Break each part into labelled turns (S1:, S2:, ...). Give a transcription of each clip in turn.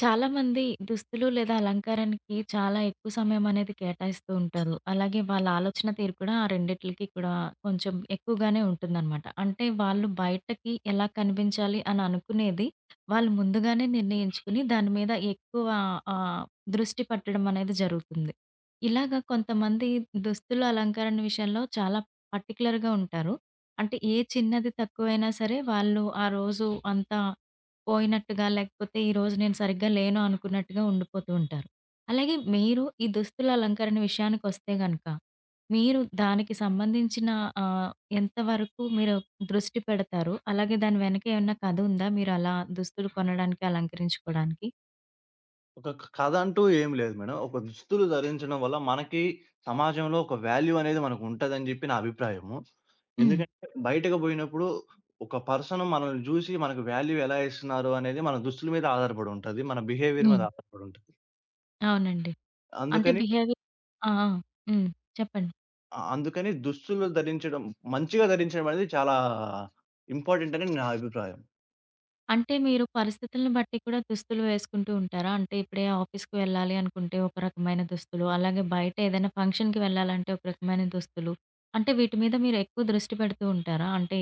S1: చాలామంది దుస్తులు లేదా అలంకారానికి చాలా ఎక్కువ సమయం అనేది కేటాయిస్తూ ఉంటారు. అలాగే వాళ్ళ ఆలోచన తీరు కూడా ఆ రెండిట్లకి కూడా కొంచెం ఎక్కువగానే ఉంటుందనమాట. అంటే వాళ్ళు బయటకి ఎలా కనిపించాలి అని అనుకునేది వాళ్ళు ముందుగానే నిర్ణయించుకుని దాని మీద ఎక్కువ ఆహ్, దృష్టి పెట్టడం అనేది జరుగుతుంది. ఇలాగ కొంతమంది దుస్తులు అలంకరణ విషయంలో చాలా పర్టిక్యులర్‌గా ఉంటారు. అంటే ఏ చిన్నది తక్కువైనా సరే వాళ్ళు ఆ రోజు అంతా పోయినట్టుగా, లేకపోతే ఈరోజు నేను సరిగ్గా లేను అనుకున్నట్టుగా ఉండిపోతూ ఉంటారు. అలాగే మీరు ఈ దుస్తుల అలంకరణ విషయానికొస్తే గనక, మీరు దానికి సంబంధించిన ఆహ్, ఎంతవరకు మీరు దృష్టి పెడతారు? అలాగే దాని వెనక ఏమన్నా కథ ఉందా? మీరు అలా దుస్తులు కొనడానికి, అలంకరించుకోడానికి?
S2: ఒక కథ అంటూ ఏం లేదు మేడం. ఒక దుస్తులు ధరించడం వల్ల మనకి సమాజంలో ఒక వాల్యూ అనేది మనకుంటదని జెప్పి నా అభిప్రాయము.
S1: హ్మ్.
S2: ఎందుకంటే బయటకి బోయినప్పుడు ఒక పర్సన్ మనల్ని జూసి మనకు వాల్యూ ఎలా ఇస్తున్నారు అనేది మన దుస్తుల మీద ఆధారపడి ఉంటది. మన బిహేవియర్ మీద
S1: హ్మ్.
S2: ఆధారపడి ఉంటది.
S1: అవునండి. అంటే
S2: అందుకని
S1: బిహేవియర్. ఆ! ఆ! హ్మ్. చెప్పండి.
S2: ఆ! అందుకని దుస్తులు ధరించడం మంచిగా ధరించడం అనేది చాలా ఇంపార్టెంట్ అని నా అభిప్రాయం.
S1: అంటే మీరు పరిస్థితులను బట్టి కూడా దుస్తులు వేసుకుంటూ ఉంటారా? అంటే ఇప్పుడే ఆఫీస్‌కి వెళ్ళాలి అనుకుంటే ఒక రకమైన దుస్తులు, అలాగే బయట ఏదైనా ఫంక్షన్‌కి వెళ్ళాలంటే ఒక రకమైన దుస్తులు. అంటే వీటి మీద మీరు ఎక్కువ దృష్టి పెడుతూ ఉంటారా? అంటే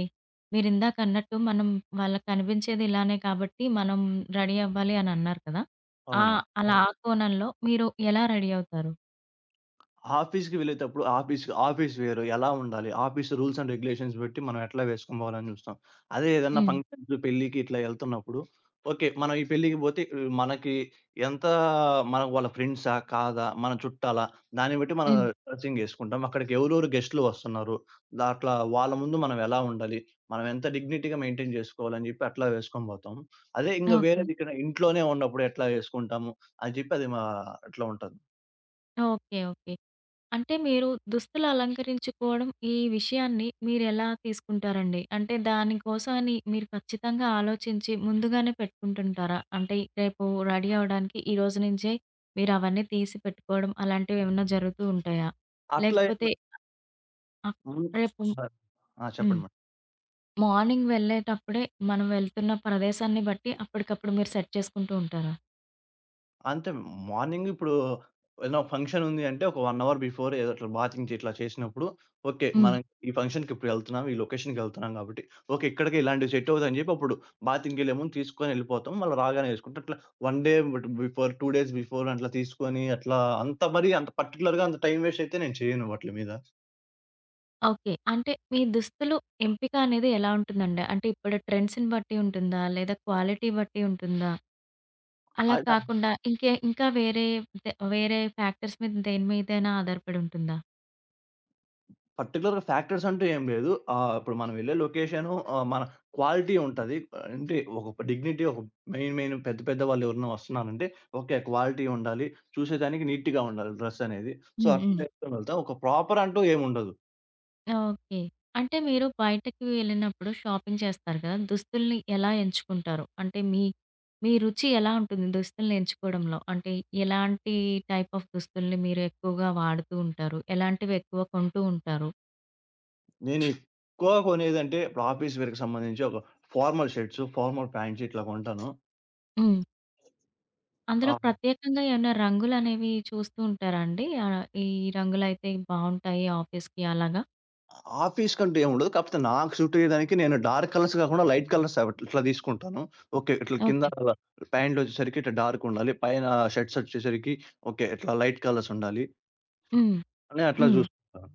S1: మీరిందాక అన్నట్టు మనం వాళ్ళకి కనిపించేది ఇలానే కాబట్టి మనం రెడీ అవ్వాలి అని అన్నారు కదా! ఆ,
S2: అవును.
S1: అలా అవును. ఆ కోణంలో మీరు ఎలా రెడీ అవుతారు?
S2: ఆఫీస్‌కి వెళ్ళేతప్పుడు ఆఫీస్ ఆఫీస్ వేర్ ఎలా ఉండాలి? ఆఫీస్ రూల్స్ అండ్ రెగ్యులేషన్స్ పెట్టి మనం ఎట్లా వేసుకొని పోవాలని చూస్తాం. అదే ఏదన్నా
S1: హ్మ్.
S2: ఫంక్షన్‌కి, పెళ్ళికి ఇట్లా ఎళ్తున్నప్పుడు ఓకే, మనం ఈ పెళ్ళికి పోతే మనకి ఎంత మన వాళ్ళ ఫ్రెండ్సా? కాదా? మన చుట్టాలా? దాన్ని బట్టి మనం
S1: హ్మ్.
S2: డ్రెస్సింగ్ ఏసుకుంటాం. అక్కడికి ఎవరెవరు గెస్ట్‌లు వస్తున్నారు? దాంట్ల వాళ్ళ ముందు మనం ఎలా ఉండాలి? మనం ఎంత డిగ్నిటీగా మెయింటైన్ జేసుకోవాలని జెప్పి అట్లా వేసుకొని పోతాం. అదే ఇంగ
S1: ఓకే.
S2: వేరేదిక్కడ ఇంట్లోనే ఉన్నప్పుడు ఎట్లా ఏసుకుంటాము అని జెప్పి అది మా అట్లా ఉంటది.
S1: ఓకే. ఓకే. అంటే మీరు దుస్తులు అలంకరించుకోవడం ఈ విషయాన్ని మీరెలా తీసుకుంటారండి? అంటే దానికోసం అని మీరు ఖచ్చితంగా ఆలోచించి ముందుగానే పెట్టుకుంటుంటారా? అంటే రేపు రెడీ అవ్వడానికి ఈ రోజు నుంచే మీరవన్నీ తీసి పెట్టుకోవడం అలాంటివేమన్నా జరుగుతూ ఉంటాయా?
S2: అట్లా
S1: లేకపోతే ఆహ్,
S2: హ్మ్.
S1: రేపు
S2: అహా! ఆ! చెప్పండి
S1: హ్మ్.
S2: మేడం.
S1: మార్నింగ్ వెళ్ళేటప్పుడే మనం వెళ్తున్న ప్రదేశాన్ని బట్టి అప్పటికప్పుడు మీరు సెట్ చేసుకుంటూ ఉంటారా?
S2: అంతే మార్నింగ్ ఇప్పుడు ఏదైనా ఫంక్షన్ ఉంది అంటే, ఒక 1 అవర్ బిఫోర్ ఏదో అట్లా బాతింగ్స్ ఇట్లా చేసినప్పుడు, ఓకే,
S1: హ్మ్.
S2: మనం ఈ ఫంక్షన్‌కి ఇప్పుడు ఎళ్తున్నాం. ఈ లొకేషన్‌కి ఎళ్తున్నాం కాబట్టి, ఓకే, ఇక్కడికి ఇలాంటివి సెట్ అవుతాయని చెప్పి అప్పుడు బాతింగ్‌కెళ్ళే ముందు తీసుకొని ఎళ్ళిపోతాం. మళ్ళీ రాగానే ఏసుకుంటాం. అట్లా 1 day but before, 2 days before అట్లా తీసుకొని అట్లా అంత పర్టిక్యులర్‌గా అంత టైమ్ వేస్ట్ అయితే నేను చేయను వాట్లి మీద.
S1: ఓకే. అంటే మీ దుస్తులు ఎంపిక అనేది ఎలా ఉంటుందండి? అంటే ఇప్పుడు ట్రెండ్స్‌ని బట్టి ఉంటుందా? లేదా క్వాలిటీ బట్టి ఉంటుందా? అలా
S2: అలా
S1: కాకుండా ఇంకే ఇంకా వేరే దే వేరే ఫ్యాక్టర్స్ మీద దేని మీదైనా ఆధారపడి ఉంటుందా?
S2: పర్టిక్యులర్‌గా ఫ్యాక్టర్స్ అంటూ ఏం లేదు. ఇప్పుడు మనం వెళ్ళే లొకేషను మన క్వాలిటీ ఉంటది. అంటే ఒక డిగ్నిటీ ఒక మెయిన్, మెయిన్ పెద్ద, పెద్ద వాళ్ళు ఎవరైనా వస్తున్నారంటే ఓకే, క్వాలిటీ ఉండాలి. చూసేదానికి నీట్‌గా ఉండాలి డ్రెస్ అనేది. సో,
S1: హ్మ్.
S2: అట్లా
S1: హ్మ్.
S2: వేసుకొని వెళ్తాం. ఒక ప్రాపర్ అంటూ ఏముండదు.
S1: ఓకే. అంటే మీరు బయటకి వెళ్ళినప్పుడు షాపింగ్ చేస్తారు కదా! దుస్తుల్ని ఎలా ఎంచుకుంటారు? అంటే మీ మీ రుచి ఎలా ఉంటుంది దుస్తుల్ని ఎంచుకోవడంలో? అంటే ఎలాంటి టైప్ ఆఫ్ దుస్తుల్ని మీరు ఎక్కువగా వాడుతూ ఉంటారు? ఎలాంటివి ఎక్కువ కొంటూ ఉంటారు?
S2: నేను ఎక్కువగా కొనేదంటే ఇప్పుడు ఆఫీస్ వేర్‌కి సంబంధించి ఒక ఫార్మల్ షర్ట్స్, ఫార్మల్ ప్యాంట్స్ ఇట్లా కొంటాను.
S1: హ్మ్. అందులో
S2: ఆ!
S1: ప్రత్యేకంగా ఏమన్నా రంగులనేవి చూస్తూ ఉంటారా అండి? ఈ రంగులైతే బావుంటాయి ఆఫీస్‌కి అలాగా?
S2: ఆఫీస్ కంటూ ఏముండదు. కాకపోతే నాకు సూట్ అయ్యేదానికి నేను డార్క్ కలర్స్ గాకుండా లైట్ కలర్స్ అవట్ ఇట్లా తీసుకుంటాను. ఓకే. ఇట్లా కింద
S1: ఓకే.
S2: అలా ప్యాంట్‌లొచ్చేసరికి ఇట్లా డార్క్ ఉండాలి. పైన షర్ట్స్ వచ్చేసరికి ఓకే, ఇట్లా లైట్ కలర్స్ ఉండాలి
S1: హ్మ్.
S2: అని అట్లా
S1: హ్మ్.
S2: చూసుకుంటాను.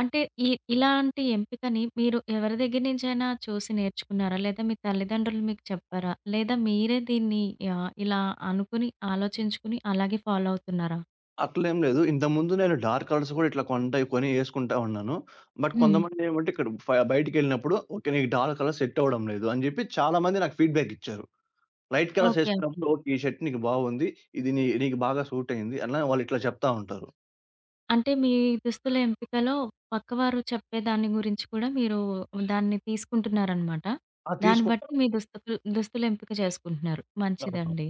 S1: అంటే ఈ ఇలాంటి ఎంపికని మీరు ఎవరి దగ్గర నుంచైనా చూసి నేర్చుకున్నారా? లేదా మీ తల్లిదండ్రులు మీకు చెప్పారా? లేదా మీరే దీన్ని ఇలా అనుకుని, ఆలోచించుకుని అలాగే ఫాలో అవుతున్నారా?
S2: అట్లేం లేదు. ఇంతకుముందు నేను డార్క్ కలర్స్ కూడా ఇట్లా కొని యేసుకుంటా ఉన్నాను. బట్
S1: హ్మ్.
S2: కొంతమంది ఏమంటే ఇక్కడ ఫ బయటికెళ్ళినప్పుడు ఓకే, నీకు డార్క్ కలర్ సెట్ అవ్వడం లేదు అని చెప్పి చాలా మంది నాకు ఫీడ్‌బ్యాక్ ఇచ్చారు. Light colours
S1: okay. ఓకే.
S2: యేసుకున్నప్పుడు ఓకే, ఈ షర్ట్ నీకు బాగుంది. ఇది నీ నీకు బాగా సూట్ అయింది. అలా వాళ్ళు ఇట్లా చెప్తా ఉంటారు.
S1: అంటే మీ దుస్తుల ఎంపికలో పక్కవారు చెప్పే దాని గురించి కూడా మీరు దాన్ని తీసుకుంటున్నారనమాట.
S2: ఆ!
S1: దాన్ని
S2: తీసుకుంటాను.
S1: బట్టి మీ దుస్తుల ఎంపిక చేసుకుంటున్నారు. మంచిదండి.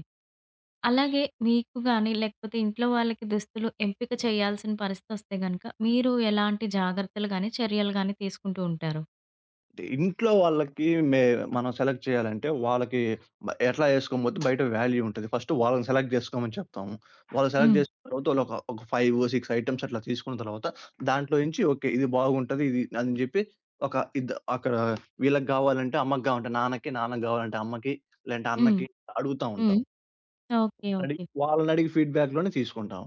S1: అలాగే మీకు గాని లేకపోతే ఇంట్లో వాళ్ళకి దుస్తులు ఎంపిక చేయాల్సిన పరిస్థితొస్తే గనక మీరు ఎలాంటి జాగ్రత్తలు గాని, చర్యలు గాని తీసుకుంటూ ఉంటారు?
S2: ఇంట్లో వాళ్ళకి మే మనం సెలెక్ట్ చేయాలంటే వాళ్ళకి ఎట్లా చేసుకోబోతే బయట వాల్యూ ఉంటది. ఫస్ట్ వాళ్ళని సెలెక్ట్ జేసుకోమని చెప్తాము. వాళ్ళు సెలెక్ట్
S1: హ్మ్.
S2: జేసుకున్న తర్వాత వాళ్ళు ఒక ఒక 5, 6 ఐటెమ్స్ అట్లా తీసుకున్న తర్వాత దాంట్లో నుంచి ఓకే, ఇది బాగుంటది. ఇది అని జెప్పి ఒక ఇద్ద అక్కడ వీళ్ళకి గావాలంటే అమ్మకి, గావాలంటే నాన్నకి, నాన్నకి గావాలంటే అమ్మకి, లేదంటే
S1: హ్మ్.
S2: అన్నకి అడుగుతా
S1: హ్మ్.
S2: ఉంటాం.
S1: ఓకే. ఓకే.
S2: వాళ్ళనడిగి ఫీడ్‌బ్యాక్‌లోనే తీసుకుంటాం.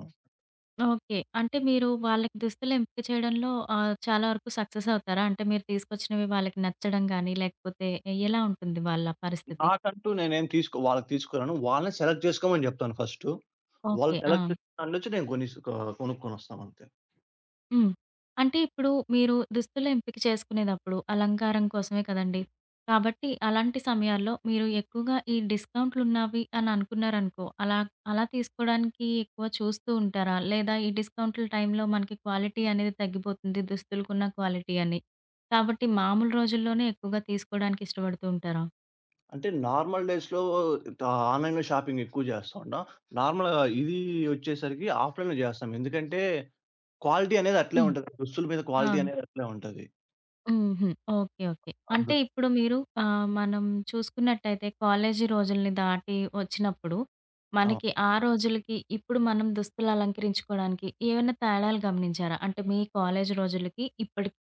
S1: ఓకే. అంటే మీరు వాళ్ళకి దుస్తులు ఎంపిక చేయడంలో చాలా వరకు సక్సెస్ అవుతారా? అంటే మీరు తీసుకొచ్చినవి వాళ్ళకి నచ్చడం గాని, లేకపోతే ఎలా ఉంటుంది వాళ్ళ పరిస్థితి?
S2: నాకంటూ నేనేం తీసుకో వాళ్ళకి తీసుకురాను. వాళ్ళని సెలెక్ట్ చేసుకోమని జెప్తాను ఫస్టు. వాళ్ళు
S1: ఓకే. ఆ!
S2: సెలెక్ట్ చేసిన దాంట్లోంచి నేను గొనిస్ కొ కొనుక్కొనొస్తానంతే.
S1: హ్మ్. అంటే ఇప్పుడు మీరు దుస్తుల ఎంపిక చేసుకునేదప్పుడు అలంకారం కోసమే కదండీ! కాబట్టి అలాంటి సమయాల్లో మీరు ఎక్కువగా ఈ డిస్కౌంట్‌లున్నవి అని అనుకున్నారనుకో, అలా అలా తీసుకోవడానికి ఎక్కువ చూస్తూ ఉంటారా? లేదా ఈ డిస్కౌంట్‌ల టైంలో మనకి క్వాలిటీ అనేది తగ్గిపోతుంది దుస్తులకున్న క్వాలిటీ అని. కాబట్టి మామూలు రోజుల్లోనే ఎక్కువగా తీసుకోవడానికి ఇష్టపడుతూ ఉంటారా?
S2: అంటే నార్మల్ డేస్‌లో దా ఆన్‌లైన్‌లో షాపింగ్ ఎక్కువ జేస్తా ఉంటాం. నార్మల్‌గా ఇది ఒచ్చేసరికి ఆఫ్‌లైన్‌లో జేస్తాం. ఎందుకంటే, క్వాలిటీ అనేది అట్లే
S1: హ్మ్.
S2: ఉంటది. దుస్తుల మీద క్వాలిటీ
S1: అవును.
S2: అనేది అట్లే ఉంటది.
S1: హుహు. ఓకే. ఓకే. అంటే
S2: అందుకు
S1: ఇప్పుడు మీరు మనం చూసుకున్నట్టయితే కాలేజీ రోజుల్ని దాటి వచ్చినప్పుడు,
S2: అవును.
S1: మనకి ఆ రోజులకి, ఇప్పుడు మనం దుస్తులు అలంకరించుకోవడానికి ఏవైనా తేడాలు గమనించారా? అంటే మీ కాలేజీ రోజులకి ఇప్పటికి?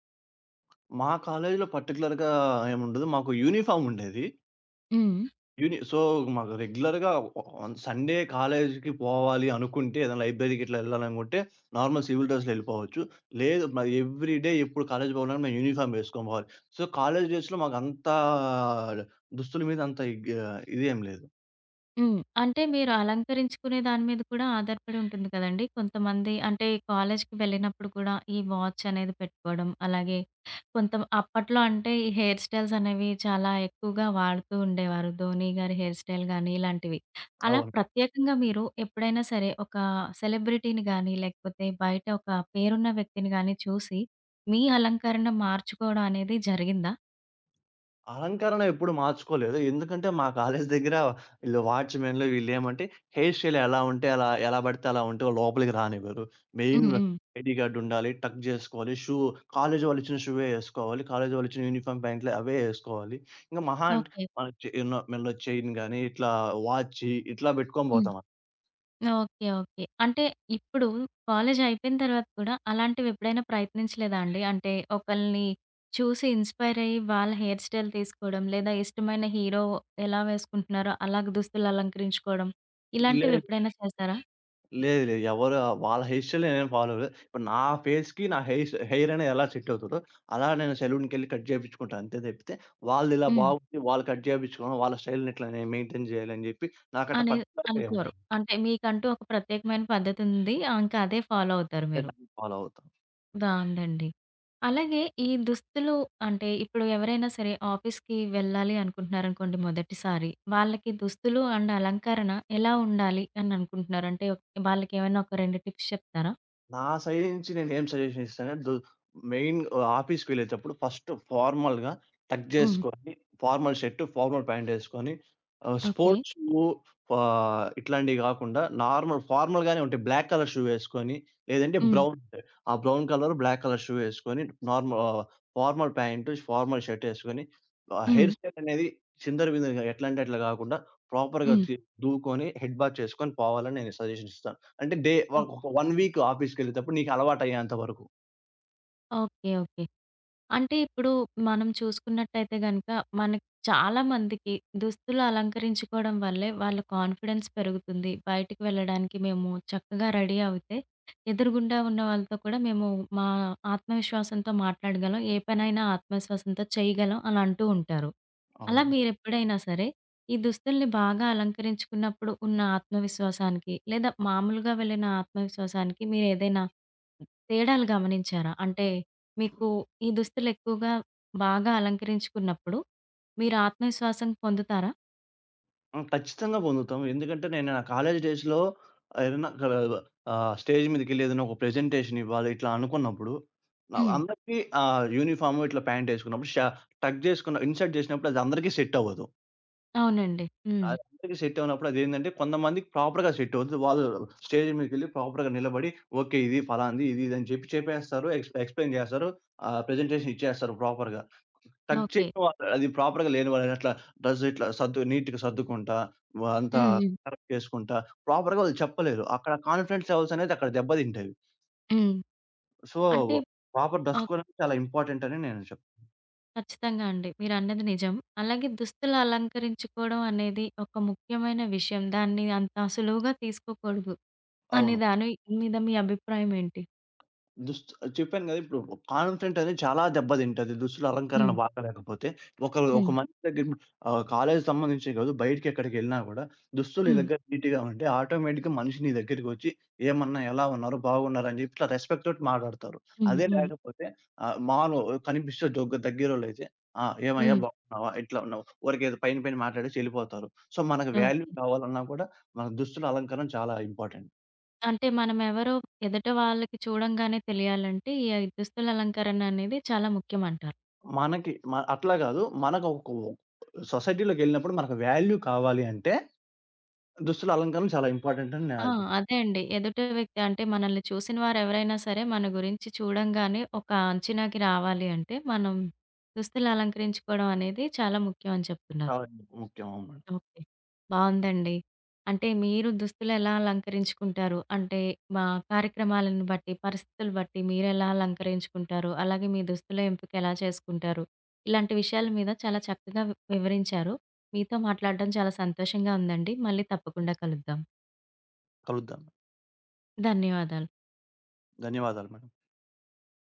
S2: మా కాలేజీలో పర్టిక్యులర్‌గా ఏముండదు. మాకు యూనిఫార్మ్ ఉండేది.
S1: హ్మ్.
S2: సో, మాకు రెగ్యులర్‌గా ఆన్ సండే కాలేజీకి పోవాలి అనుకుంటే, ఏదైనా లైబ్రరీకి ఇట్లా ఎళ్ళాలనుకుంటే, నార్మల్ సివిల్ డ్రెస్‌లో ఎళ్ళిపోవచ్చు. లేదు మరి ఎవ్రీ డే ఎప్పుడు కాలేజీ పోవాలన్నా మేము యూనిఫార్మ్ ఏసుకొని పోవాలి. సో, కాలేజీ డేస్‌లో మాకంతా దుస్తుల మీద అంత ఇగ్ ఇదేం లేదు.
S1: హ్మ్. అంటే మీరు అలంకరించుకునే దాని మీద కూడా ఆధారపడి ఉంటుంది కదండీ! కొంతమంది అంటే కాలేజ్‌కి వెళ్ళినప్పుడు కూడా ఈ వాచ్ అనేది పెట్టుకోవడం, అలాగే కొంత అప్పట్లో అంటే ఈ హెయిర్ స్టైల్స్ అనేవి చాలా ఎక్కువగా వాడుతూ ఉండేవారు. ధోని గారి హెయిర్ స్టైల్ గాని ఇలాంటివి. అలా
S2: అవును.
S1: ప్రత్యేకంగా మీరు ఎప్పుడైనా సరే ఒక సెలబ్రిటీని గాని, లేకపోతే బయట ఒక పేరున్న వ్యక్తిని గాని చూసి మీ అలంకరణ మార్చుకోవడం అనేది జరిగిందా?
S2: అలంకరణ ఎప్పుడు మార్చుకోలేదు. ఎందుకంటే మా కాలేజ్ దగ్గర వీళ్ళు వాచ్‌మెన్‌లు వీళ్ళేమంటే హెయిర్ స్టైల్ ఎలా ఉంటే అలా, ఎలా పడితే అలా ఉంటే లోపలికి రానివ్వరు. మెయిన్
S1: హ్మ్. హ్మ్.
S2: ఐడీ కార్డ్ ఉండాలి. టక్ జేసుకోవాలి. కాలేజీ వాళ్ళు ఇచ్చిన షూవే ఏసుకోవాలి. కాలేజీ వాళ్ళు ఇచ్చిన యూనిఫార్మ్ ప్యాంట్‌లే అవే ఏసుకోవాలి. ఇంక మహా అంటే
S1: ఓకే.
S2: మన చే మెడలో చైన్ గాని, ఇట్లా వాచ్ ఇట్లా బెట్టుకొని
S1: హ్మ్.
S2: బోతాం.
S1: ఓకే. ఓకే. అంటే ఇప్పుడు కాలేజ్ అయిపోయిన తర్వాత కూడా అలాంటివెప్పుడైనా ప్రయత్నించలేదా అండి? అంటే ఒకళ్ళని చూసి ఇన్‌స్పైర్ అయ్యి వాళ్ళ హెయిర్ స్టైల్ తీసుకోవడం, లేదా ఇష్టమైన హీరో ఎలా వేసుకుంటున్నారో అలాగ దుస్తులు అలంకరించుకోవడం,
S2: లే
S1: ఇలాంటివెప్పుడైనా చేశారా?
S2: లేదు. లేదు. వాళ్ళ హెయిర్ స్టైల్ నేనేమి ఫాలో అవ్వలేదు. ఇప్పుడు నా ఫేస్‌కి నా హెయిర్ అనేది ఎలా సెట్ అవుతదో, అలా నేను సెలూన్‌కెళ్ళి కట్ చేపించుకుంటా అంతే తప్పితే, వాళ్ళు ఇలా
S1: హ్మ్.
S2: బాగుంది వాళ్ళు కట్ చేపించుకోవడం, వాళ్ళ స్టైల్‌ని ఇట్లా నేను మెయింటైన్ చేయాలని చెప్పి
S1: అనేది
S2: పర్టిక్యులర్‌గా ఏం
S1: అనుకోరు. అంటే మీకంటూ ఒక ప్రత్యేకమైన పద్ధతుంది. ఆ! ఇంకా అదే ఫాలో అవుతారు మీరు.
S2: నేను ఫాలో అవుతా.
S1: రాందండి. అలాగే ఈ దుస్తులు అంటే ఇప్పుడు ఎవరైనా సరే ఆఫీస్‌కి వెళ్ళాలి అనుకుంటున్నారనుకోండి మొదటిసారి. వాళ్ళకి దుస్తులు అండ్ అలంకరణ ఎలా ఉండాలి అని అనుకుంటున్నారు? అంటే వాళ్ళకేమైనా ఒక 2 టిప్స్ చెప్తారా?
S2: నా సైడ్ నుంచి నేనేం సజెషన్ ఇస్తానంటే మెయిన్ ఆఫీస్‌కెళ్ళేటప్పుడు ఫస్ట్ ఫార్మల్‌గా టక్
S1: హ్మ్.
S2: జేసుకొని, ఫార్మల్ షర్ట్, ఫార్మల్ ప్యాంటేసుకొని
S1: ఓకే.
S2: స్పోర్ట్స్ షూ ఇట్లాంటివి గాకుండా నార్మల్ ఫార్మల్‌గానే ఉంటాయి. బ్లాక్ కలర్ షూ వేసుకొని, లేదంటే
S1: హ్మ్.
S2: బ్రౌన్ ఉంటాయి. ఆ brown colour, black colour shoe వేసుకొని, నార్మల్ ఆహ్, ఫార్మల్ ప్యాంటు, ఫార్మల్ షర్ట్ ఏసుకొని,
S1: హ్మ్.
S2: హెయిర్ స్టైల్ అనేది చిందర బిందరగా ఎట్లా అంటే అట్లా గాకుండా ప్రాపర్‌గా
S1: హ్మ్.
S2: దువ్వుకొని, హెడ్ బాత్ చేసుకొని పోవాలని నేను సజెషన్ ఇస్తాను. అంటే డే ఒక
S1: ఓహ్!
S2: ఒక 1 వీక్ ఆఫీస్‌కెళ్ళేటప్పుడు నీకు అలవాటయ్యేంత వరకు.
S1: ఓకే. ఓకే. అంటే ఇప్పుడు మనం చూసుకున్నట్టయితే గనక, మనకి చాలా మందికి దుస్తులు అలంకరించుకోవడం వల్లే వాళ్ళ కాన్ఫిడెన్స్ పెరుగుతుంది. బయటికి వెళ్ళడానికి మేము చక్కగా రెడీ అవుతే, ఎదురుగుండా ఉన్న వాళ్ళతో కూడా మేము మా ఆత్మవిశ్వాసంతో మాట్లాడగలం. ఏ పనైనా ఆత్మవిశ్వాసంతో చేయగలం అని అంటూ ఉంటారు. అలా
S2: అవును.
S1: మీరెప్పుడైనా సరే, ఈ దుస్తుల్ని బాగా అలంకరించుకున్నప్పుడు ఉన్న ఆత్మవిశ్వాసానికి, లేదా మామూలుగా వెళ్ళిన ఆత్మవిశ్వాసానికి మీరేదైనా తేడాలు గమనించారా? అంటే మీకు ఈ దుస్తులు ఎక్కువగా బాగా అలంకరించుకున్నప్పుడు మీరు ఆత్మవిశ్వాసం పొందుతారా?
S2: హ్మ్. ఖచ్చితంగా పొందుతాం. ఎందుకంటే నేను నా కాలేజీ డేస్‌లో ఏదైనా స్టేజ్ మీదకెళ్ళి ఏదైనా ఒక ప్రెజెంటేషన్ ఇవ్వాలి ఇట్లా అనుకున్నప్పుడు
S1: హ్మ్.
S2: అందరికీ యూనిఫార్మ్ ఇట్లా ప్యాంట్ ఏసుకున్నప్పుడు టక్ చేసుకున్న ఇన్సర్ట్ చేసినప్పుడు అది అందరికీ సెట్ అవ్వదు.
S1: అవునండి. హ్మ్.
S2: అది అందరికీ సెట్ అవ్వనప్పుడు అదేందంటే కొంతమందికి ప్రాపర్‌గా సెట్ అవుతది. వాళ్ళు స్టేజ్ మీదకెళ్ళి ప్రాపర్‌గా నిలబడి ఓకే, ఇది ఫలాంది, ఇది ఇది అని చెప్పి చెప్పేస్తారు. ఎక్స్‌ప్లెయిన్ చేస్తారు. ప్రెజెంటేషన్ ఇచ్చేస్తారు ప్రాపర్‌గా. Touch
S1: okay.
S2: చేయని వాళ్ళు. అది ప్రాపర్‌గా లేని వాళ్ళు అట్లా డ్రెస్ ఇట్లా నీట్‌గా సర్దుకుంటా, అంతా
S1: హ్మ్. హ్మ్.
S2: కరెక్ట్ చేసుకుంటా, ప్రాపర్‌గా వాళ్ళు చెప్పలేరు. అక్కడ కాన్ఫిడెన్స్ లెవెల్స్ అనేది అక్కడ దెబ్బతింటాయి.
S1: హ్మ్.
S2: సో,
S1: అంటే
S2: ప్రాపర్ డ్రెస్
S1: ఆహ్,
S2: కోడ్ అనేది చాలా ఇంపార్టెంట్ అని నేను
S1: ఖచ్చితంగా అండి. మీరన్నది నిజం. అలాగే దుస్తులు అలంకరించుకోవడం అనేది ఒక ముఖ్యమైన విషయం. దాన్ని అంత సులువుగా తీసుకోకూడదు అనే
S2: అవును.
S1: దాని మీద మీ అభిప్రాయం ఏంటి?
S2: చెప్పాను గదా! ఇప్పుడు కాన్ఫిడెంట్ అనేది చాలా దెబ్బతింటది, దుస్తుల అలంకరణ
S1: హ్మ్.
S2: బాగాలేకపోతే. ఒక ఒక
S1: హ్మ్.
S2: మనిషి దగ్గర కాలేజీ సంబంధించే కాదు, బయటికెక్కడికెళ్ళినా గూడా దుస్తులు నీ
S1: హ్మ్.
S2: దగ్గర నీట్‌గా ఉంటే ఆటోమేటిక్‌గా మనిషి నీ దగ్గరికొచ్చి ఏమన్నా ఎలా ఉన్నారు, బాగున్నారా అని చెప్పి ఇట్లా రెస్పెక్ట్ తోటి మాట్లాడతారు.
S1: హ్మ్.
S2: అదే
S1: హ్మ్.
S2: లేకపోతే ఆహ్, మాలు కనిపిస్తే దగ్గరోళ్ళైతే ఆ! ఏమయ్యా బాగున్నావా? ఎట్లా ఉన్నావు? ఊరికేదో పైన పైన మాట్లాడేసి ఎళ్ళిపోతారు. సో, మనకు
S1: హ్మ్.
S2: వాల్యూ కావాలన్నా కూడా మన దుస్తుల అలంకరణ చాలా ఇంపార్టెంట్.
S1: అంటే మనమెవరో ఎదుట వాళ్ళకి చూడంగానే తెలియాలంటే ఈ దుస్తుల అలంకరణ అనేది చాలా ముఖ్యమంటారు.
S2: మనకి మ అట్లా గాదు. మనకు ఒక సొసైటీలోకెళ్ళినప్పుడు మనకు వాల్యూ కావాలి అంటే దుస్తుల అలంకరణ చాలా ఇంపార్టెంట్ అని నా
S1: ఆ!
S2: అభిప్రాయం.
S1: అదే అండి. ఎదుట వ్యక్తి అంటే మనల్ని చూసిన వారెవరైనా సరే మన గురించి చూడంగానే ఒక అంచనాకి రావాలి అంటే మనం దుస్తులు అలంకరించుకోవడం అనేది చాలా ముఖ్యం అని చెప్తున్నారు.
S2: చాలా ముఖ్యం. అవును మేడం.
S1: ఓకే. బావుందండి. అంటే మీరు దుస్తులెలా అలంకరించుకుంటారు? అంటే మా కార్యక్రమాలను బట్టి, పరిస్థితులు బట్టి మీరెలా అలంకరించుకుంటారు? అలాగే మీ దుస్తుల ఎంపిక ఎలా చేసుకుంటారు? ఇలాంటి విషయాల మీద చాలా చక్కగా వివరించారు. మీతో మాట్లాడడం చాలా సంతోషంగా ఉందండి. మళ్ళీ తప్పకుండా కలుద్దాం.
S2: కలుద్దాం.
S1: ధన్యవాదాలు.
S2: ధన్యవాదాలు మేడం.